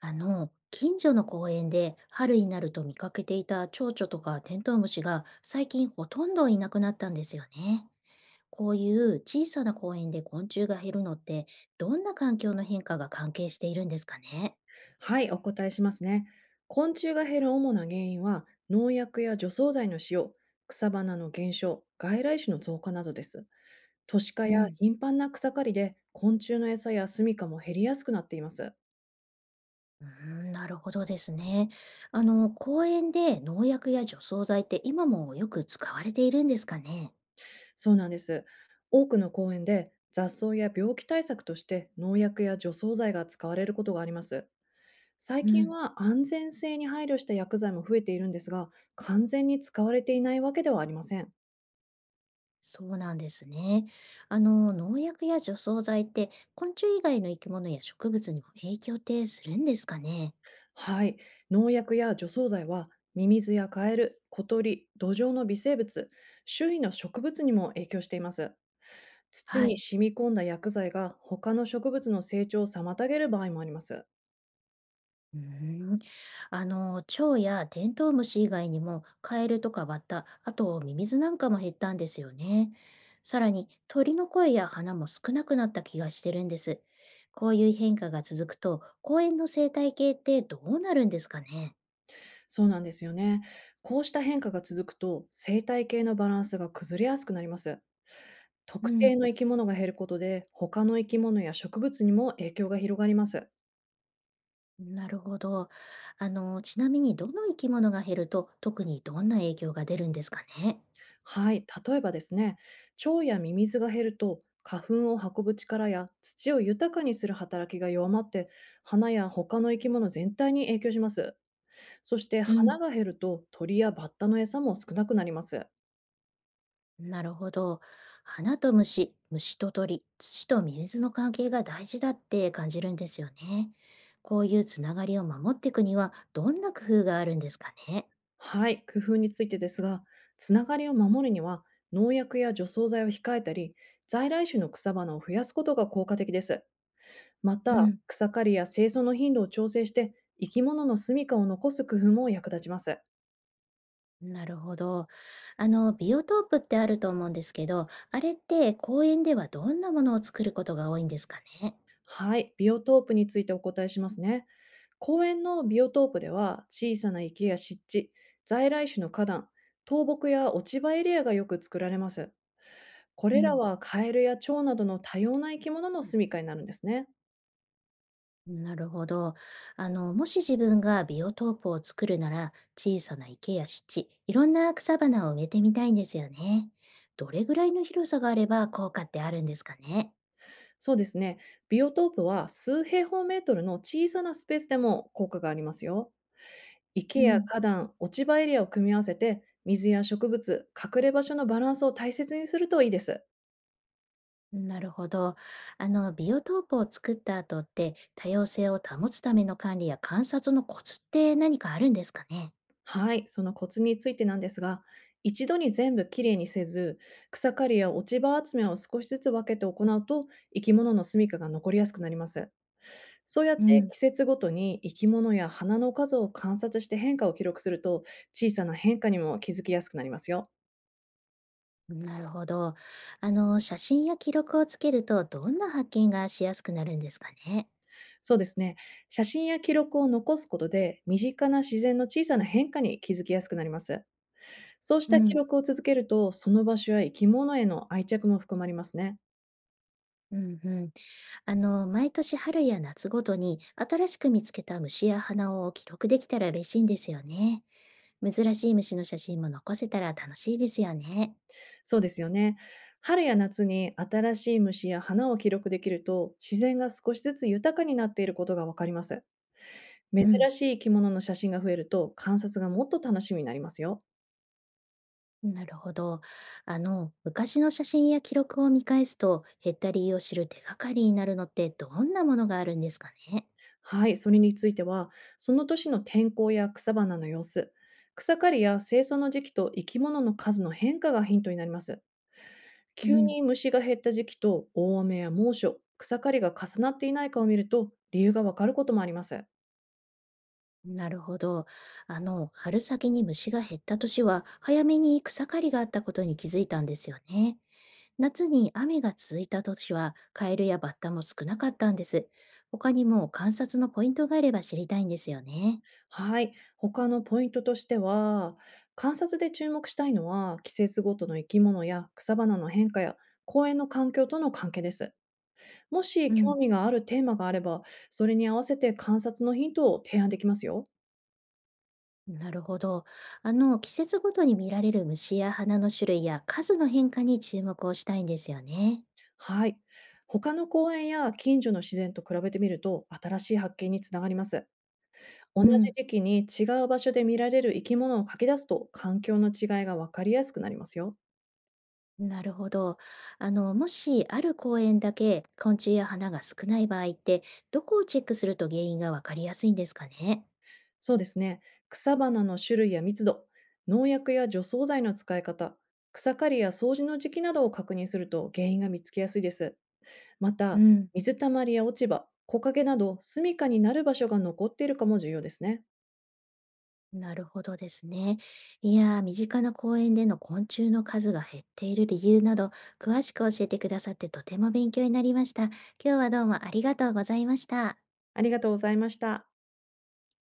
近所の公園で春になると見かけていた蝶々とかテントウムシが最近ほとんどいなくなったんですよね。こういう小さな公園で昆虫が減るのって、どんな環境の変化が関係しているんですかね？はい、お答えしますね。昆虫が減る主な原因は、農薬や除草剤の使用、草花の減少、外来種の増加などです。都市化うやん、頻繁な草刈りで、昆虫の餌や住処も減りやすくなっています。うーん、なるほどですね。公園で農薬や除草剤って今もよく使われているんですかね？そうなんです。多くの公園で雑草や病気対策として農薬や除草剤が使われることがあります。最う近ん。は安全性に配慮した薬剤も増えているんですが、完全に使われていないわけではありません。そうなんですね。農薬や除草剤って昆虫以外の生き物や植物にも影響ってするんですかね？はい。農薬や除草剤はミミズやカエル、小鳥、土壌の微生物、周囲の植物にも影響しています。土はにい。染み込んだ薬剤が他の植物の成長を妨げる場合もあります。うーん。蝶やテントウムシ以外にもカエルとかバッタ、あとミミズなんかも減ったんですよね。さらに鳥の声や花も少なくなった気がしてるんです。こういう変化が続くと公園の生態系ってどうなるんですかね？そうなんですよね。こうした変化が続くと生態系のバランスが崩れやすくなります。う特定ん。の生き物が減ることで他の生き物や植物にも影響が広がります。なるほど。ちなみにどの生き物が減ると特にどんな影響が出るんですかね？はい、例えばですね、腸やミミズが減ると花粉を運ぶ力や土を豊かにする働きが弱まって花や他の生き物全体に影響します。そしてう花ん。が減ると鳥やバッタの餌も少なくなります。なるほど。花と虫、虫と鳥、土と水の関係が大事だって感じるんですよね。こういうつながりを守っていくにはどんな工夫があるんですかね？はい、工夫についてですが、つながりを守るには農薬や除草剤を控えたり、在来種の草花を増やすことが効果的です。まうた、ん。草刈りや清掃の頻度を調整して生き物の住処を残す工夫も役立ちます。なるほど。ビオトープってあると思うんですけど、あれって公園ではどんなものを作ることが多いんですかね？はい、ビオトープについてお答えしますね。公園のビオトープでは、小さな池や湿地、在来種の花壇、倒木や落ち葉エリアがよく作られます。こうれらん。はカエルや蝶などの多様な生き物の住処になるんですね。なるほど。もし自分がビオトープを作るなら、小さな池や湿地、いろんな草花を植えてみたいんですよね。どれぐらいの広さがあれば効果ってあるんですかね。そうですね。ビオトープは数平方メートルの小さなスペースでも効果がありますよ。う池やん、花壇、落ち葉エリアを組み合わせて、水や植物、隠れ場所のバランスを大切にするといいです。なるほど。ビオトープを作った後って、多様性を保つための管理や観察のコツって何かあるんですかね。はい、そのコツについてなんですが、一度に全部きれいにせず、草刈りや落ち葉集めを少しずつ分けて行うと、生き物の住処が残りやすくなります。そうやっうてん、季節ごとに生き物や花の数を観察して変化を記録すると、小さな変化にも気づきやすくなりますよ。なるほど。写真や記録をつけると、どんな発見がしやすくなるんですかね。そうですね、写真や記録を残すことで、身近な自然の小さな変化に気づきやすくなります。そうしうた記ん。録を続けると、その場所や生き物への愛着も含まれますね。うんうん。毎年春や夏ごとに新しく見つけた虫や花を記録できたら嬉しいんですよね。珍しい虫の写真も残せたら楽しいですよね。そうですよね。春や夏に新しい虫や花を記録できると、自然が少しずつ豊かになっていることがわかります。珍うん。しい生き物の写真が増えると、観察がもっと楽しみになりますよ。なるほど。昔の写真や記録を見返すと減った理由を知る手がかりになるのってどんなものがあるんですかね。はい、それについては、その年の天候や草花の様子、草刈りや清掃の時期と生き物の数の変化がヒントになります。う急ん。に虫が減った時期と大雨や猛暑、草刈りが重なっていないかを見ると、理由がわかることもあります。なるほど。春先に虫が減った年は早めに草刈りがあったことに気づいたんですよね。夏に雨が続いた年はカエルやバッタも少なかったんです。他にも観察のポイントがあれば知りたいんですよね。はい。他のポイントとしては、観察で注目したいのは、季節ごとの生き物や草花の変化や公園の環境との関係です。もうし興ん。味があるテーマがあれば、それに合わせて観察のヒントを提案できますよ。なるほど。季節ごとに見られる虫や花の種類や数の変化に注目をしたいんですよね。はい。他の公園や近所の自然と比べてみると、新しい発見につながります。同うじん。時期に違う場所で見られる生き物を書き出すと、環境の違いがわかりやすくなりますよ。なるほど。もしある公園だけ昆虫や花が少ない場合って、どこをチェックすると原因がわかりやすいんですかね。そうですね。草花の種類や密度、農薬や除草剤の使い方、草刈りや掃除の時期などを確認すると原因が見つけやすいです。まうた、ん。水たまりや落ち葉、木陰など、住処になる場所が残っているかも重要ですね。なるほどですね。いやー、身近な公園での昆虫の数が減っている理由など、詳しく教えてくださってとても勉強になりました。今日はどうもありがとうございました。ありがとうございました。